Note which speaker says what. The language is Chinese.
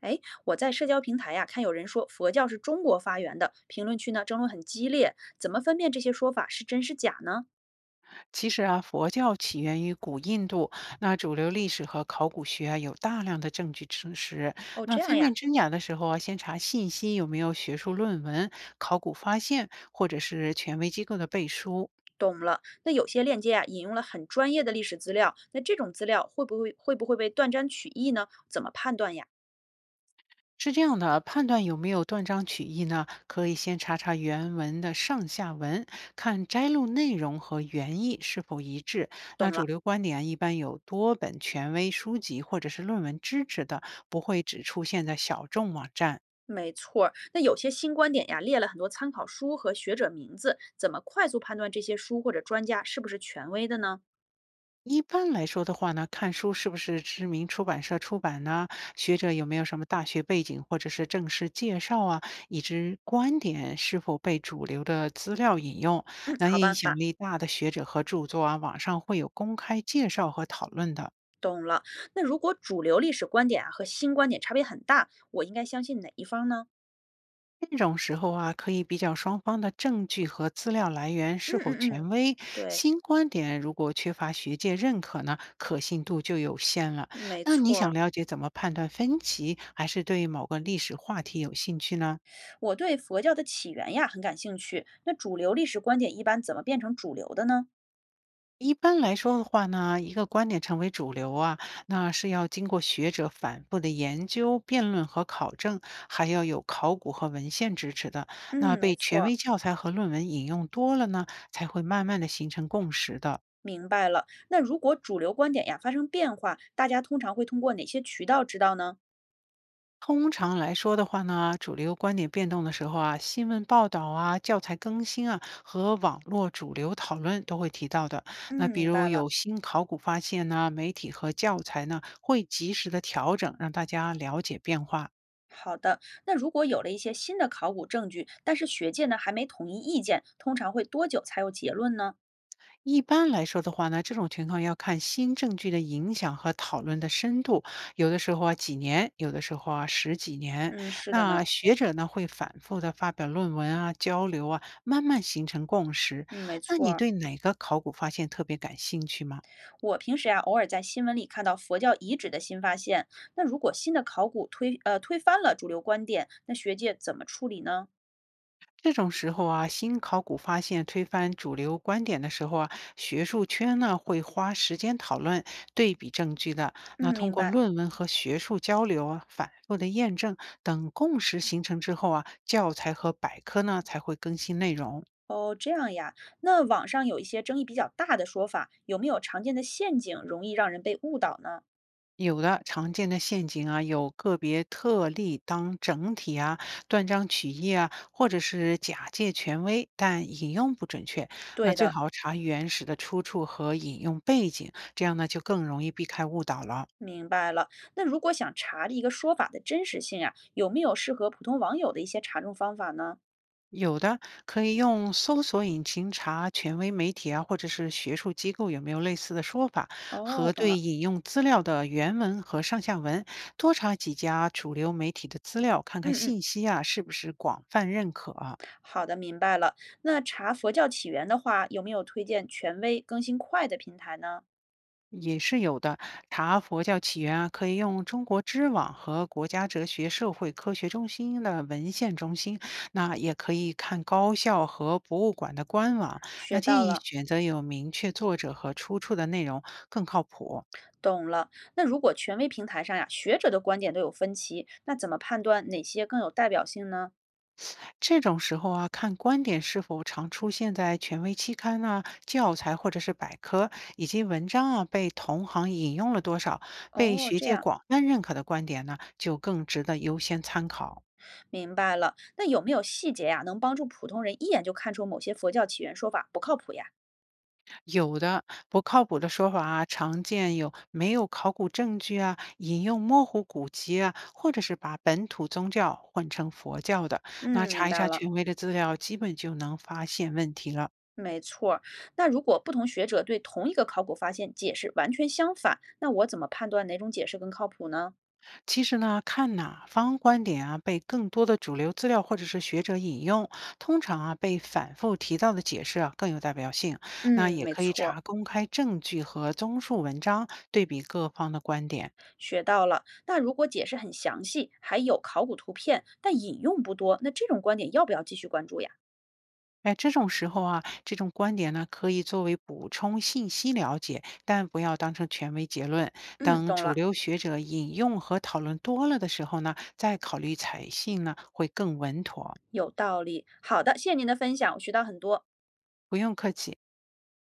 Speaker 1: 哎，我在社交平台呀、看有人说佛教是中国发源的，评论区呢争论很激烈，怎么分辨这些说法是真是假呢？
Speaker 2: 其实啊，佛教起源于古印度，那主流历史和考古学啊有大量的证据证实。
Speaker 1: 哦，
Speaker 2: 那
Speaker 1: 这样
Speaker 2: 分辨
Speaker 1: 呀，
Speaker 2: 真假的时候啊，先查信息有没有学术论文、考古发现或者是权威机构的背书。
Speaker 1: 懂了。那有些链接啊引用了很专业的历史资料，那这种资料会不会被断章取义呢？怎么判断呀？
Speaker 2: 是这样的啊，判断有没有断章取义呢？可以先查查原文的上下文，看摘录内容和原意是否一致。那
Speaker 1: 懂
Speaker 2: 主
Speaker 1: 了，
Speaker 2: 流观点啊一般有多本权威书籍或者是论文支持的，不会只出现在小众网站。
Speaker 1: 没错儿。那有些新观点呀列了很多参考书和学者名字，怎么快速判断这些书或者专家是不是权威的呢？
Speaker 2: 一般来说的话呢，看书是不是知名出版社出版呢？学者有没有什么大学背景或者是正式介绍啊？以及观点是否被主流的资料引用，
Speaker 1: 嗯，
Speaker 2: 那
Speaker 1: 好
Speaker 2: 影
Speaker 1: 办
Speaker 2: 响
Speaker 1: 法。
Speaker 2: 力大的学者和著作啊，网上会有公开介绍和讨论的。
Speaker 1: 懂了。那如果主流历史观点啊和新观点差别很大，我应该相信哪一方呢？
Speaker 2: 这种时候啊，可以比较双方的证据和资料来源是
Speaker 1: 嗯
Speaker 2: 否
Speaker 1: 嗯
Speaker 2: 权
Speaker 1: 嗯，
Speaker 2: 威。
Speaker 1: 对，
Speaker 2: 新观点如果缺乏学界认可呢，可信度就有限了。
Speaker 1: 没
Speaker 2: 那你
Speaker 1: 错
Speaker 2: 想
Speaker 1: 儿。
Speaker 2: 了解怎么判断分歧，还是对某个历史话题有兴趣呢？
Speaker 1: 我对佛教的起源呀很感兴趣。那主流历史观点一般怎么变成主流的呢？
Speaker 2: 一般来说的话呢，一个观点成为主流啊，那是要经过学者反复的研究、辩论和考证，还要有考古和文献支持的。那
Speaker 1: 嗯，
Speaker 2: 被
Speaker 1: 没错
Speaker 2: 权
Speaker 1: 儿，
Speaker 2: 威教材和论文引用多了呢，才会慢慢的形成共识的。
Speaker 1: 明白了。那如果主流观点呀发生变化，大家通常会通过哪些渠道知道呢？
Speaker 2: 通常来说的话呢，主流观点变动的时候啊，新闻报道啊、教材更新啊和网络主流讨论都会提到的。
Speaker 1: 嗯，
Speaker 2: 那比
Speaker 1: 明
Speaker 2: 如
Speaker 1: 白
Speaker 2: 有
Speaker 1: 了。
Speaker 2: 新考古发现呢，媒体和教材呢会及时的调整，让大家了解变化。
Speaker 1: 好的，那如果有了一些新的考古证据，但是学界呢还没统一意见，通常会多久才有结论呢？
Speaker 2: 一般来说的话呢，这种情况要看新证据的影响和讨论的深度，有的时候啊几年，有的时候啊十几年。
Speaker 1: 嗯，是的呢，
Speaker 2: 那学者呢会反复的发表论文啊，交流啊，慢慢形成共识。
Speaker 1: 嗯，没
Speaker 2: 那
Speaker 1: 错
Speaker 2: 你
Speaker 1: 儿。
Speaker 2: 对哪个考古发现特别感兴趣吗？
Speaker 1: 我平时呀、偶尔在新闻里看到佛教遗址的新发现，那如果新的考古推翻了主流观点，那学界怎么处理呢？
Speaker 2: 这种时候啊，新考古发现推翻主流观点的时候啊，学术圈呢会花时间讨论、对比证据的。那
Speaker 1: 嗯，
Speaker 2: 通
Speaker 1: 明
Speaker 2: 过
Speaker 1: 白。
Speaker 2: 论文和学术交流啊，反复的验证等共识形成之后啊，教材和百科呢才会更新内容。
Speaker 1: 哦，这样呀。那网上有一些争议比较大的说法，有没有常见的陷阱，容易让人被误导呢？
Speaker 2: 有的常见的陷阱啊，有个别特例当整体啊，断章取义啊，或者是假借权威，但引用不准确。那
Speaker 1: 对
Speaker 2: 最
Speaker 1: 的，
Speaker 2: 好查原始的出处和引用背景，这样呢就更容易避开误导了。
Speaker 1: 明白了。那如果想查这一个说法的真实性呀、有没有适合普通网友的一些查证方法呢？
Speaker 2: 有的可以用搜索引擎查权威媒体啊，或者是学术机构有没有类似的说法，
Speaker 1: 哦，
Speaker 2: 核
Speaker 1: 懂
Speaker 2: 对
Speaker 1: 了。
Speaker 2: 引用资料的原文和上下文，多查几家主流媒体的资料，看看
Speaker 1: 嗯嗯，
Speaker 2: 信息啊是不是广泛认可。
Speaker 1: 好的，明白了。那查佛教起源的话，有没有推荐权威、更新快的平台呢？
Speaker 2: 也是有的。查佛教起源啊，可以用中国知网和国家哲学社会科学中心的文献中心，那也可以看高校和博物馆的官网。那
Speaker 1: 学
Speaker 2: 建
Speaker 1: 到
Speaker 2: 议
Speaker 1: 了，
Speaker 2: 选择有明确作者和出处的内容更靠谱。
Speaker 1: 懂了。那如果权威平台上呀，学者的观点都有分歧，那怎么判断哪些更有代表性呢？
Speaker 2: 这种时候啊，看观点是否常出现在权威期刊啊、教材或者是百科，以及文章啊被同行引用了多少，被
Speaker 1: 哦，
Speaker 2: 学
Speaker 1: 这
Speaker 2: 界
Speaker 1: 样，
Speaker 2: 广泛认可的观点呢，就更值得优先参考。
Speaker 1: 明白了。那有没有细节呀，能帮助普通人一眼就看出某些佛教起源说法不靠谱呀？
Speaker 2: 有的不靠谱的说法啊，常见有没有考古证据啊，引用模糊古籍啊，或者是把本土宗教换成佛教的。那
Speaker 1: 嗯，
Speaker 2: 查
Speaker 1: 明
Speaker 2: 一
Speaker 1: 白
Speaker 2: 查
Speaker 1: 了，
Speaker 2: 权威的资料，基本就能发现问题了。
Speaker 1: 没错儿。那如果不同学者对同一个考古发现解释完全相反，那我怎么判断哪种解释更靠谱呢？
Speaker 2: 其实呢，看哪方观点啊被更多的主流资料或者是学者引用，通常啊被反复提到的解释啊更有代表性。那
Speaker 1: 嗯，
Speaker 2: 也
Speaker 1: 没
Speaker 2: 可以
Speaker 1: 错儿。
Speaker 2: 查公开证据和综述文章，对比各方的观点。
Speaker 1: 学到了。那如果解释很详细，还有考古图片，但引用不多，那这种观点要不要继续关注呀？
Speaker 2: 哎，这种时候啊，这种观点呢，可以作为补充信息了解，但不要当成权威结论。
Speaker 1: 嗯，
Speaker 2: 等
Speaker 1: 懂
Speaker 2: 主
Speaker 1: 了，
Speaker 2: 流学者引用和讨论多了的时候呢，再考虑采信呢，会更稳妥。
Speaker 1: 有道理。好的，谢谢您的分享，我学到很多。
Speaker 2: 不用客气。